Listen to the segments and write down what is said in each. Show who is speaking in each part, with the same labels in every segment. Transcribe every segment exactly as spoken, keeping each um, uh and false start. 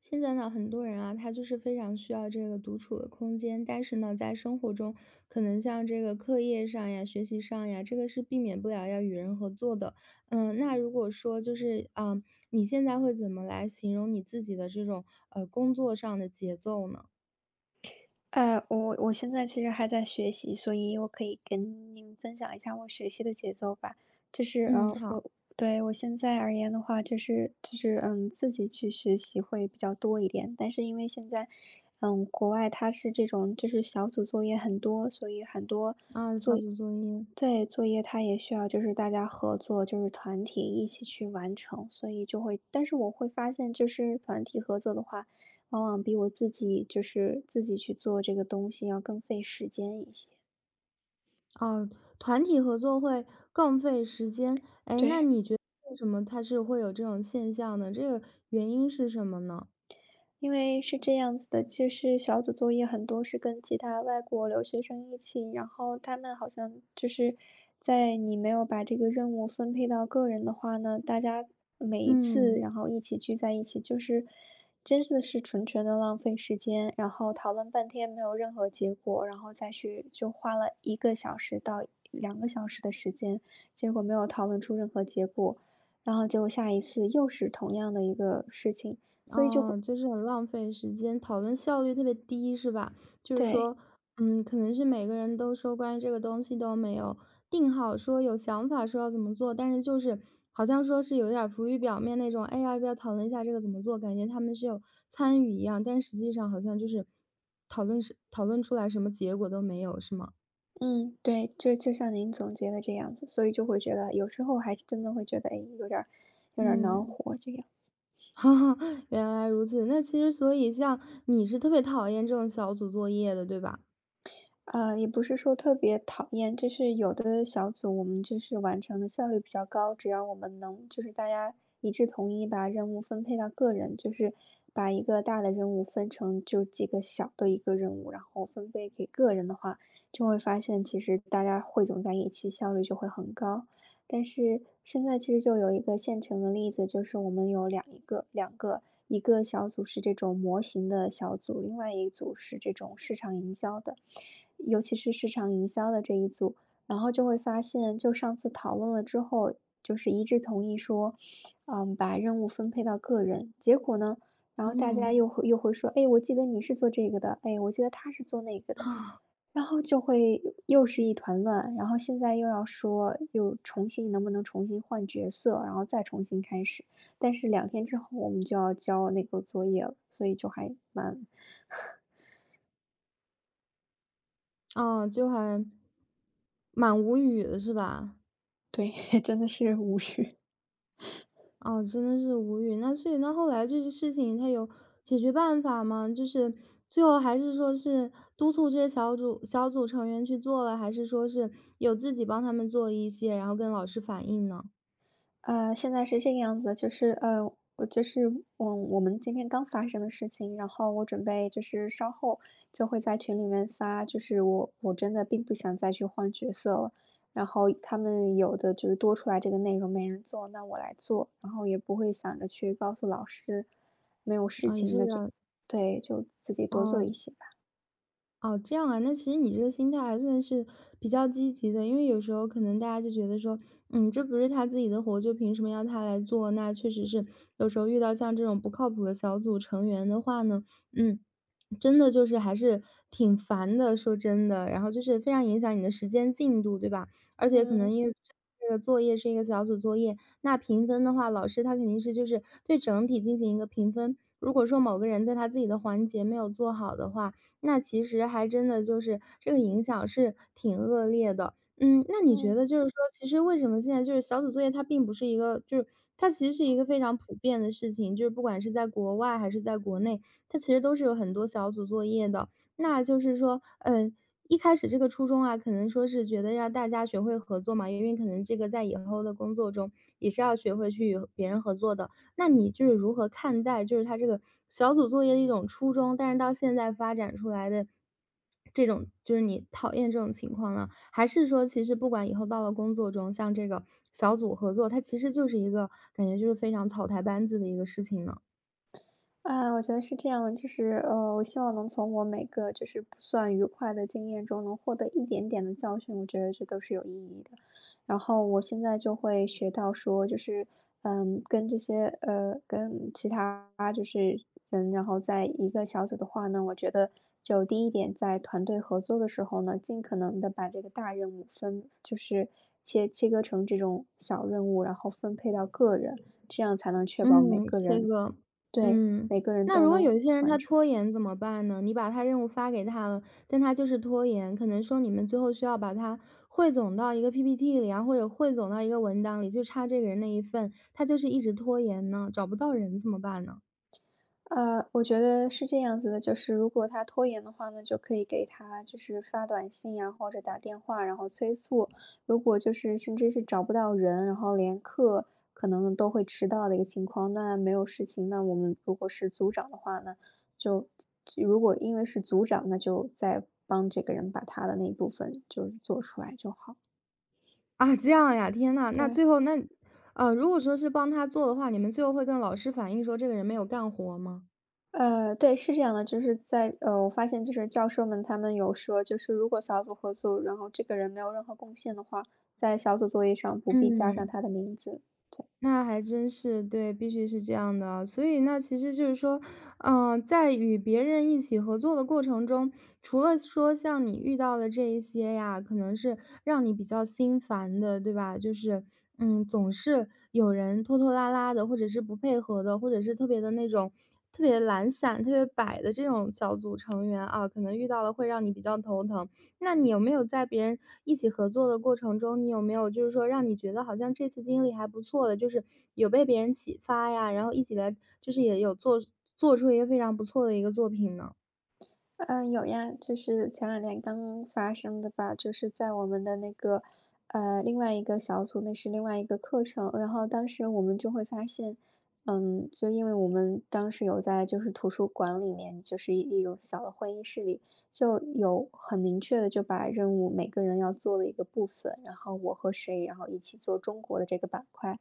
Speaker 1: 现在呢，很多人啊，他就是非常需要这个独处的空间，但是呢，在生活中，可能像这个课业上呀、学习上呀，这个是避免不了要与人合作的。嗯，那如果说就是，啊，你现在会怎么来形容你自己的这种呃工作上的节奏呢？
Speaker 2: 呃，我我现在其实还在学习，所以我可以跟您分享一下我学习的节奏吧。就是
Speaker 1: 嗯，
Speaker 2: 呃，
Speaker 1: 好
Speaker 2: 我对我现在而言的话，就是就是嗯，自己去学习会比较多一点。但是因为现在，嗯，国外它是这种就是小组作业很多，所以很多
Speaker 1: 啊，小
Speaker 2: 作
Speaker 1: 组作业
Speaker 2: 对，作业它也需要就是大家合作，就是团体一起去完成，所以就会但是我会发现就是团体合作的话，往往比我自己就是自己去做这个东西要更费时间一些，
Speaker 1: 啊，团体合作会更费时间。哎，那
Speaker 2: 对。
Speaker 1: 你觉得为什么它是会有这种现象呢？这个原因是什么呢？
Speaker 2: 因为是这样子的，就是小组作业很多是跟其他外国留学生一起，然后他们好像就是在你没有把这个任务分配到个人的话呢，大家每一次
Speaker 1: 嗯。
Speaker 2: 然后一起聚在一起，就是真的是纯纯的浪费时间，然后讨论半天没有任何结果，然后再去就花了一个小时到两个小时的时间，结果没有讨论出任何结果，然后结果下一次又是同样的一个事情。所以就会
Speaker 1: 哦，就是很浪费时间，讨论效率特别低，是吧？就是
Speaker 2: 对，
Speaker 1: 说，嗯，可能是每个人都说关于这个东西都没有定好，说有想法说要怎么做，但是就是好像说是有点儿浮于表面那种，哎呀，要不要讨论一下这个怎么做？感觉他们是有参与一样，但实际上好像就是讨论是讨论出来什么结果都没有，是吗？
Speaker 2: 嗯，对，就就像您总结的这样子，所以就会觉得有时候还是真的会觉得，哎，有点儿有点儿恼
Speaker 1: 嗯，
Speaker 2: 火这样。
Speaker 1: 哈哈，原来如此。那其实所以像你是特别讨厌这种小组作业的，对吧？
Speaker 2: 啊，也不是说特别讨厌，就是有的小组我们就是完成的效率比较高，只要我们能就是大家一致同意把任务分配到个人，就是把一个大的任务分成就几个小的一个任务，然后分配给个人的话，就会发现其实大家汇总在一起效率就会很高。但是现在其实就有一个现成的例子，就是我们有两一个两个，一个小组是这种模型的小组，另外一组是这种市场营销的。尤其是市场营销的这一组，然后就会发现，就上次讨论了之后，就是一致同意说，嗯，把任务分配到个人。结果呢，然后大家
Speaker 1: 嗯。
Speaker 2: 又会又会说，哎，我记得你是做这个的，哎，我记得他是做那个的，然后就会又是一团乱。然后现在又要说，又重新能不能重新换角色，然后再重新开始。但是两天之后我们就要交那个作业了，所以就还蛮，
Speaker 1: 哦，就还蛮无语的是吧？
Speaker 2: 对，真的是无语。
Speaker 1: 哦，真的是无语。那所以那后来这些事情他有解决办法吗？就是最后还是说是督促这些小组小组成员去做了，还是说是有自己帮他们做一些，然后跟老师反映呢？
Speaker 2: 呃，现在是这个样子，就是呃，我就是我我们今天刚发生的事情，然后我准备就是稍后就会在群里面发，就是我我真的并不想再去换角色了，然后他们有的就是多出来这个内容没人做，那我来做，然后也不会想着去告诉老师没有事
Speaker 1: 啊，也
Speaker 2: 情，
Speaker 1: 是有
Speaker 2: 那
Speaker 1: 点
Speaker 2: 就
Speaker 1: 儿
Speaker 2: 对，就自己多做
Speaker 1: 哦，
Speaker 2: 一些吧。
Speaker 1: 哦，这样啊，那其实你这个心态还算是比较积极的，因为有时候可能大家就觉得说，嗯，这不是他自己的活，就凭什么要他来做？那确实是有时候遇到像这种不靠谱的小组成员的话呢，嗯，真的就是还是挺烦的，说真的，然后就是非常影响你的时间进度，对吧？而且可能
Speaker 2: 嗯
Speaker 1: 因为这个作业是一个小组作业，那评分的话，老师他肯定是就是对整体进行一个评分。如果说某个人在他自己的环节没有做好的话，那其实还真的就是这个影响是挺恶劣的。嗯，那你觉
Speaker 2: 嗯。
Speaker 1: 得就是说，其实为什么现在就是小组作业它并不是一个，就是它其实是一个非常普遍的事情，就是不管是在国外还是在国内，它其实都是有很多小组作业的。那就是说，嗯，一开始这个初衷啊，可能说是觉得让大家学会合作嘛，因为可能这个在以后的工作中也是要学会去与别人合作的。那你就是如何看待就是他这个小组作业的一种初衷，但是到现在发展出来的这种就是你讨厌这种情况呢？还是说其实不管以后到了工作中，像这个小组合作，它其实就是一个感觉就是非常草台班子的一个事情呢？
Speaker 2: 啊，我觉得是这样的，就是呃，我希望能从我每个就是不算愉快的经验中能获得一点点的教训，我觉得这都是有意义的。然后我现在就会学到说，就是嗯，跟这些呃，跟其他就是人，然后在一个小组的话呢，我觉得就第一点，在团队合作的时候呢，尽可能的把这个大任务分，就是切切割成这种小任务，然后分配到个人，这样才能确保每
Speaker 1: 嗯，
Speaker 2: 个
Speaker 1: 这
Speaker 2: 人
Speaker 1: 个
Speaker 2: 对，
Speaker 1: 嗯，
Speaker 2: 每个人
Speaker 1: 那
Speaker 2: 都
Speaker 1: 如果
Speaker 2: 能
Speaker 1: 有一些人
Speaker 2: 完，
Speaker 1: 他拖延怎么办呢？你把他任务发给他了，但他就是拖延，可能说你们最后需要把它汇总到一个 P P T 里啊，或者汇总到一个文档里，就差这个人那一份，他就是一直拖延呢，找不到人怎么办呢？
Speaker 2: 呃，我觉得是这样子的，就是如果他拖延的话呢，就可以给他就是发短信呀，或者打电话，然后催促。如果就是甚至是找不到人，然后连课可能都会迟到的一个情况，那没有事情，那我们如果是组长的话呢，就如果因为是组长，那就再帮这个人把他的那一部分就是做出来就好，
Speaker 1: 啊，这样呀，天呐，那最
Speaker 2: 对。
Speaker 1: 后那，呃，如果说是帮他做的话，你们最后会跟老师反映说这个人没有干活吗？
Speaker 2: 呃，对，是这样的，就是在呃，我发现就是教授们他们有说，就是如果小组合作，然后这个人没有任何贡献的话，在小组作业上不必加上
Speaker 1: 嗯。
Speaker 2: 他的名字。
Speaker 1: 那还真是，对，必须是这样的。所以那其实就是说，嗯，在与别人一起合作的过程中，除了说像你遇到的这一些呀，可能是让你比较心烦的，对吧？就是，嗯，总是有人拖拖拉拉的，或者是不配合的，或者是特别的那种特别懒散、特别摆的这种小组成员啊，可能遇到了会让你比较头疼。那你有没有在别人一起合作的过程中，你有没有就是说让你觉得好像这次经历还不错的，就是有被别人启发呀，然后一起来就是也有做做出一个非常不错的一个作品呢？
Speaker 2: 嗯，有呀，就是前两天刚发生的吧，就是在我们的那个，呃，另外一个小组，那是另外一个课程，然后当时我们就会发现，嗯，就因为我们当时有在就是图书馆里面，就是一一种小的会议室里，就有很明确的就把任务每个人要做的一个部分，然后我和谁，然后一起做中国的这个板块，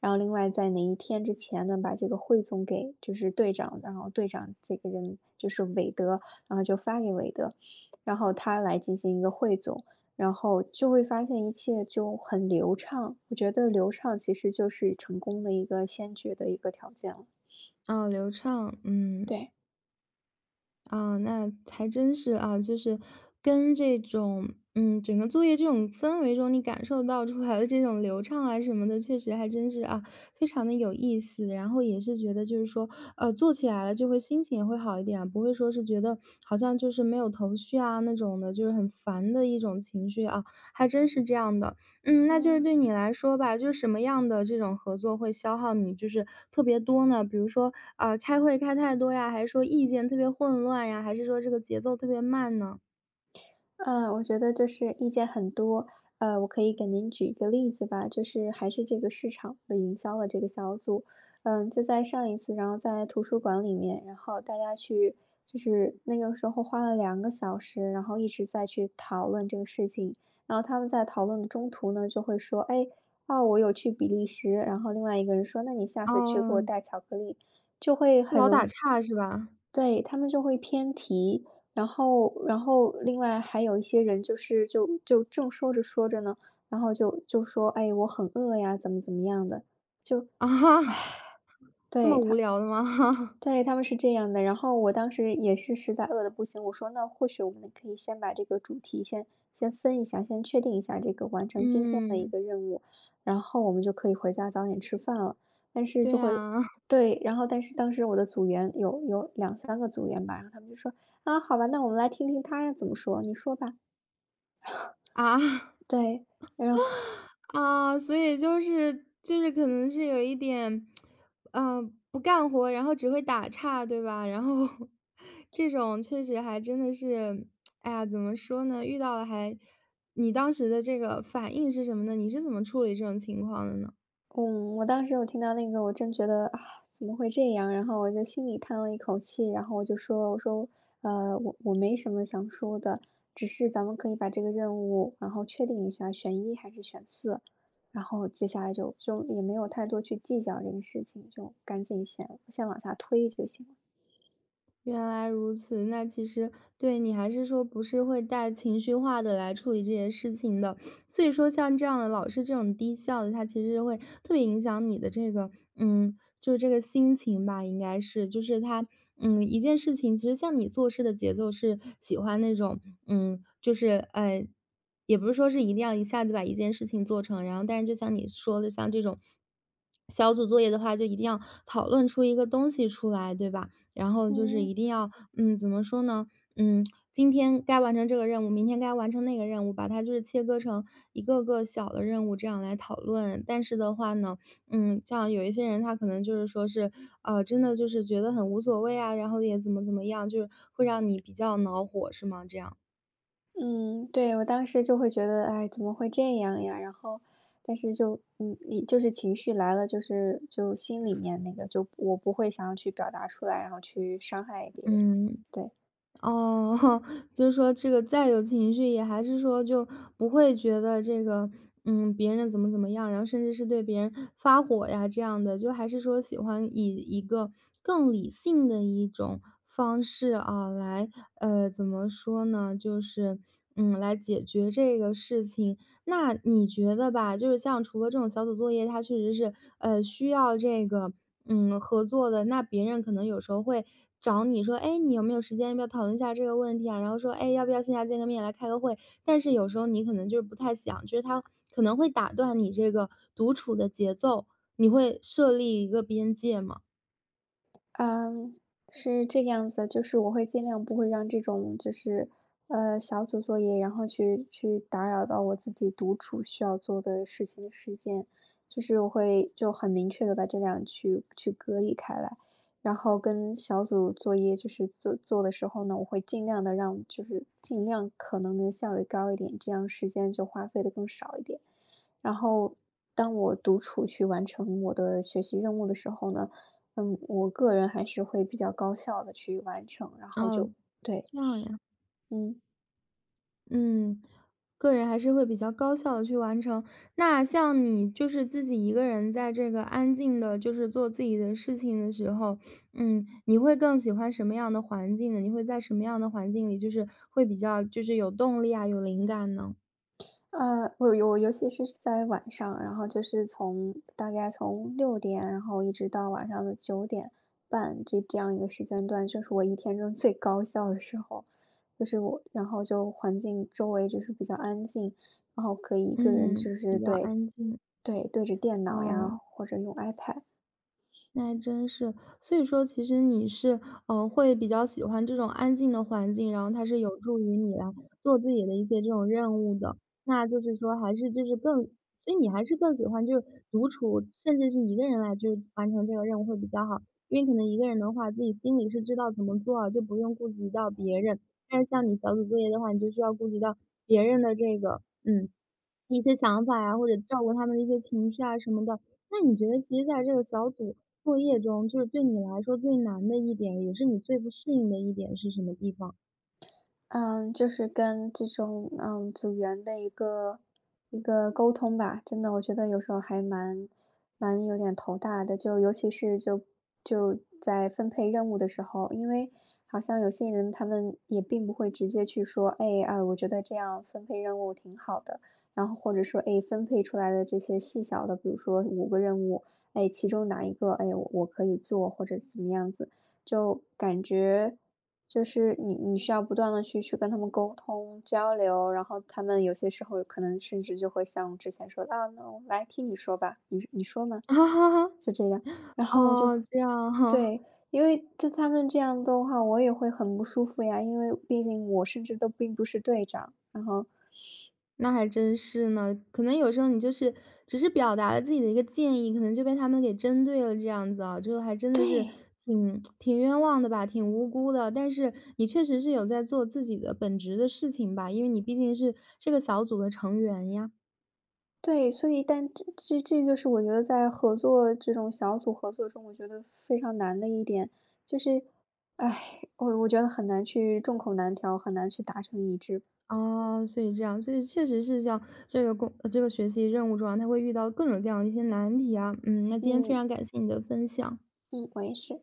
Speaker 2: 然后另外在哪一天之前呢，把这个汇总给就是队长，然后队长这个人就是韦德，然后就发给韦德，然后他来进行一个汇总，然后就会发现一切就很流畅。我觉得流畅其实就是成功的一个先决的一个条件了，
Speaker 1: 啊，流畅，嗯。
Speaker 2: 对。
Speaker 1: 啊，那还真是啊，就是跟这种，嗯，整个作业这种氛围中，你感受到出来的这种流畅啊什么的，确实还真是啊，非常的有意思。然后也是觉得就是说，呃，做起来了就会心情也会好一点啊不会说是觉得好像就是没有头绪啊那种的，就是很烦的一种情绪啊，还真是这样的。嗯，那就是
Speaker 2: 嗯。
Speaker 1: 对你来说吧，就是什么样的这种合作会消耗你就是特别多呢？比如说，啊，开会开太多呀，还是说意见特别混乱呀，还是说这个节奏特别慢呢？
Speaker 2: 嗯，我觉得就是意见很多，呃，我可以给您举一个例子吧，就是还是这个市场的营销的这个小组，嗯，就在上一次，然后在图书馆里面，然后大家去，就是那个时候花了两个小时，然后一直在去讨论这个事情，然后他们在讨论的中途呢，就会说，哎，哦，我有去比利时，然后另外一个人说，那你下次去给我
Speaker 1: 哦，
Speaker 2: 带巧克力，就会
Speaker 1: 是
Speaker 2: 很
Speaker 1: 老打
Speaker 2: 容
Speaker 1: 岔是吧？
Speaker 2: 对，他们就会偏题，然后然后另外还有一些人就是就就正说着说着呢，然后就就说：“哎，我很饿呀，怎么怎么样的。”
Speaker 1: 啊哈，这么
Speaker 2: 对，
Speaker 1: 无
Speaker 2: 他
Speaker 1: 聊的吗？
Speaker 2: 对，他们是这样的。然后我当时也是实在饿得不行，我说：“那或许我们可以先把这个主题先先分一下，先确定一下这个完成今天的一
Speaker 1: 嗯，
Speaker 2: 个任务，然后我们就可以回家早点吃饭了。”但是
Speaker 1: 对
Speaker 2: 就会
Speaker 1: 啊，
Speaker 2: 对，然后但是当时我的组员有有两三个组员吧，然后他们就说：“啊，好吧，那我们来听听他怎么说，你说吧。”
Speaker 1: 啊。
Speaker 2: 对，然后
Speaker 1: 啊，所以就是就是可能是有一点，嗯，不干活，然后只会打岔，对吧？然后 这种确实还真的是，哎呀，怎么说呢？遇到了还，你当时的这个反应是什么呢？你是怎么处理这种情况的呢？
Speaker 2: 嗯，我当时我听到那个，我真觉得啊，怎么会这样？然后我就心里叹了一口气，然后我就说，我说，呃，我我没什么想说的，只是咱们可以把这个任务，然后确定一下，选一还是选四，然后接下来就就也没有太多去计较这个事情，就赶紧先先往下推就行了。
Speaker 1: 原来如此，那其实对你还是说不是会带情绪化的来处理这些事情的，所以说像这样的老是这种低效的，他其实会特别影响你的这个，嗯，就是这个心情吧，应该是，就是他，嗯，一件事情，其实像你做事的节奏是喜欢那种，嗯，就是呃，也不是说是一定要一下子把一件事情做成，然后但是就像你说的，像这种小组作业的话，就一定要讨论出一个东西出来，对吧？然后就是
Speaker 2: 嗯。
Speaker 1: 一定要，嗯，怎么说呢？嗯，今天该完成这个任务，明天该完成那个任务，把它就是切割成一个个小的任务，这样来讨论。但是的话呢，嗯，像有一些人他可能就是说是，呃，真的就是觉得很无所谓啊，然后也怎么怎么样，就是会让你比较恼火，是吗？这样，
Speaker 2: 嗯，对，我当时就会觉得，哎，怎么会这样呀？然后，但是就，嗯，你就是情绪来了，就是就心里面那个，就我不会想要去表达出来，然后去伤害别人，
Speaker 1: 嗯。
Speaker 2: 对。
Speaker 1: 哦，就是说这个再有情绪，也还是说就不会觉得这个，嗯，别人怎么怎么样，然后甚至是对别人发火呀这样的，就还是说喜欢以一个更理性的一种方式啊，来，呃，怎么说呢，就是，嗯，来解决这个事情。那你觉得吧，就是像除了这种小组作业，它确实是，呃，需要这个，嗯，合作的。那别人可能有时候会找你说，哎，你有没有时间，要不要讨论一下这个问题啊？然后说，哎，要不要线下见个面来开个会？但是有时候你可能就是不太想，就是他可能会打断你这个独处的节奏，你会设立一个边界吗？
Speaker 2: 嗯，是这个样子的，就是我会尽量不会让这种就是，呃，小组作业，然后去去打扰到我自己独处需要做的事情的时间，就是我会就很明确的把这两去去隔离开来，然后跟小组作业就是做做的时候呢，我会尽量的让就是尽量可能的效率高一点，这样时间就花费的更少一点。然后当我独处去完成我的学习任务的时候呢。嗯，我个人还是会比较高效的去完成，然后
Speaker 1: 哦，
Speaker 2: 就对。
Speaker 1: 这样呀。
Speaker 2: 嗯，
Speaker 1: 嗯，个人还是会比较高效的去完成。那像你就是自己一个人在这个安静的，就是做自己的事情的时候，嗯，你会更喜欢什么样的环境呢？你会在什么样的环境里就是会比较就是有动力啊，有灵感呢？
Speaker 2: 呃，我尤我尤其是在晚上，然后就是从大概从六点，然后一直到晚上的九点半，这这样一个时间段，就是我一天中最高效的时候。就是我然后就环境周围就是比较安静，然后可以一个人
Speaker 1: 嗯，
Speaker 2: 就是
Speaker 1: 比较
Speaker 2: 对，
Speaker 1: 安静，
Speaker 2: 对，对着电脑呀，
Speaker 1: 哦。
Speaker 2: 或者用 iPad。
Speaker 1: 那还真是。所以说其实你是，呃，会比较喜欢这种安静的环境，然后它是有助于你来做自己的一些这种任务的。那就是说还是就是更所以你还是更喜欢就是独处，甚至是一个人来就是完成这个任务会比较好。因为可能一个人的话，自己心里是知道怎么做啊就不用顾及到别人。但是像你小组作业的话，你就需要顾及到别人的这个嗯，一些想法呀，或者照顾他们的一些情绪啊什么的。那你觉得其实在这个小组作业中，就是对你来说最难的一点，也是你最不适应的一点是什么地方？
Speaker 2: 嗯，就是跟这种，嗯，组员的一个一个沟通吧，真的我觉得有时候还蛮蛮有点头大的，就尤其是就就在分配任务的时候，因为好像有些人他们也并不会直接去说，哎啊，我觉得这样分配任务挺好的，然后或者说，哎，分配出来的这些细小的，比如说五个任务，哎，其中哪一个，哎，我我可以做或者怎么样子，就感觉就是你你需要不断的去去跟他们沟通、交流，然后他们有些时候可能甚至就会像之前说的：“啊，那我来听你说吧，你你说嘛。” 就这样，然后我就
Speaker 1: 哦，这样哈，
Speaker 2: 对。因为他他们这样的话，我也会很不舒服呀，因为毕竟我甚至都并不是队长，然后
Speaker 1: 那还真是呢。可能有时候你就是只是表达了自己的一个建议，可能就被他们给针对了，这样子啊，就还真的是
Speaker 2: 对。
Speaker 1: 挺挺冤枉的吧，挺无辜的。但是你确实是有在做自己的本职的事情吧，因为你毕竟是这个小组的成员呀。
Speaker 2: 对，所以但这这这就是我觉得在合作这种小组合作中，我觉得非常难的一点，就是，哎，我我觉得很难去众口难调，很难去达成一致。
Speaker 1: 哦，所以这样，所以确实是像这个工，呃这个学习任务中啊，他会遇到各种各样的一些难题啊。嗯，那今天非
Speaker 2: 嗯。
Speaker 1: 常感谢你的分享。
Speaker 2: 嗯，我也是。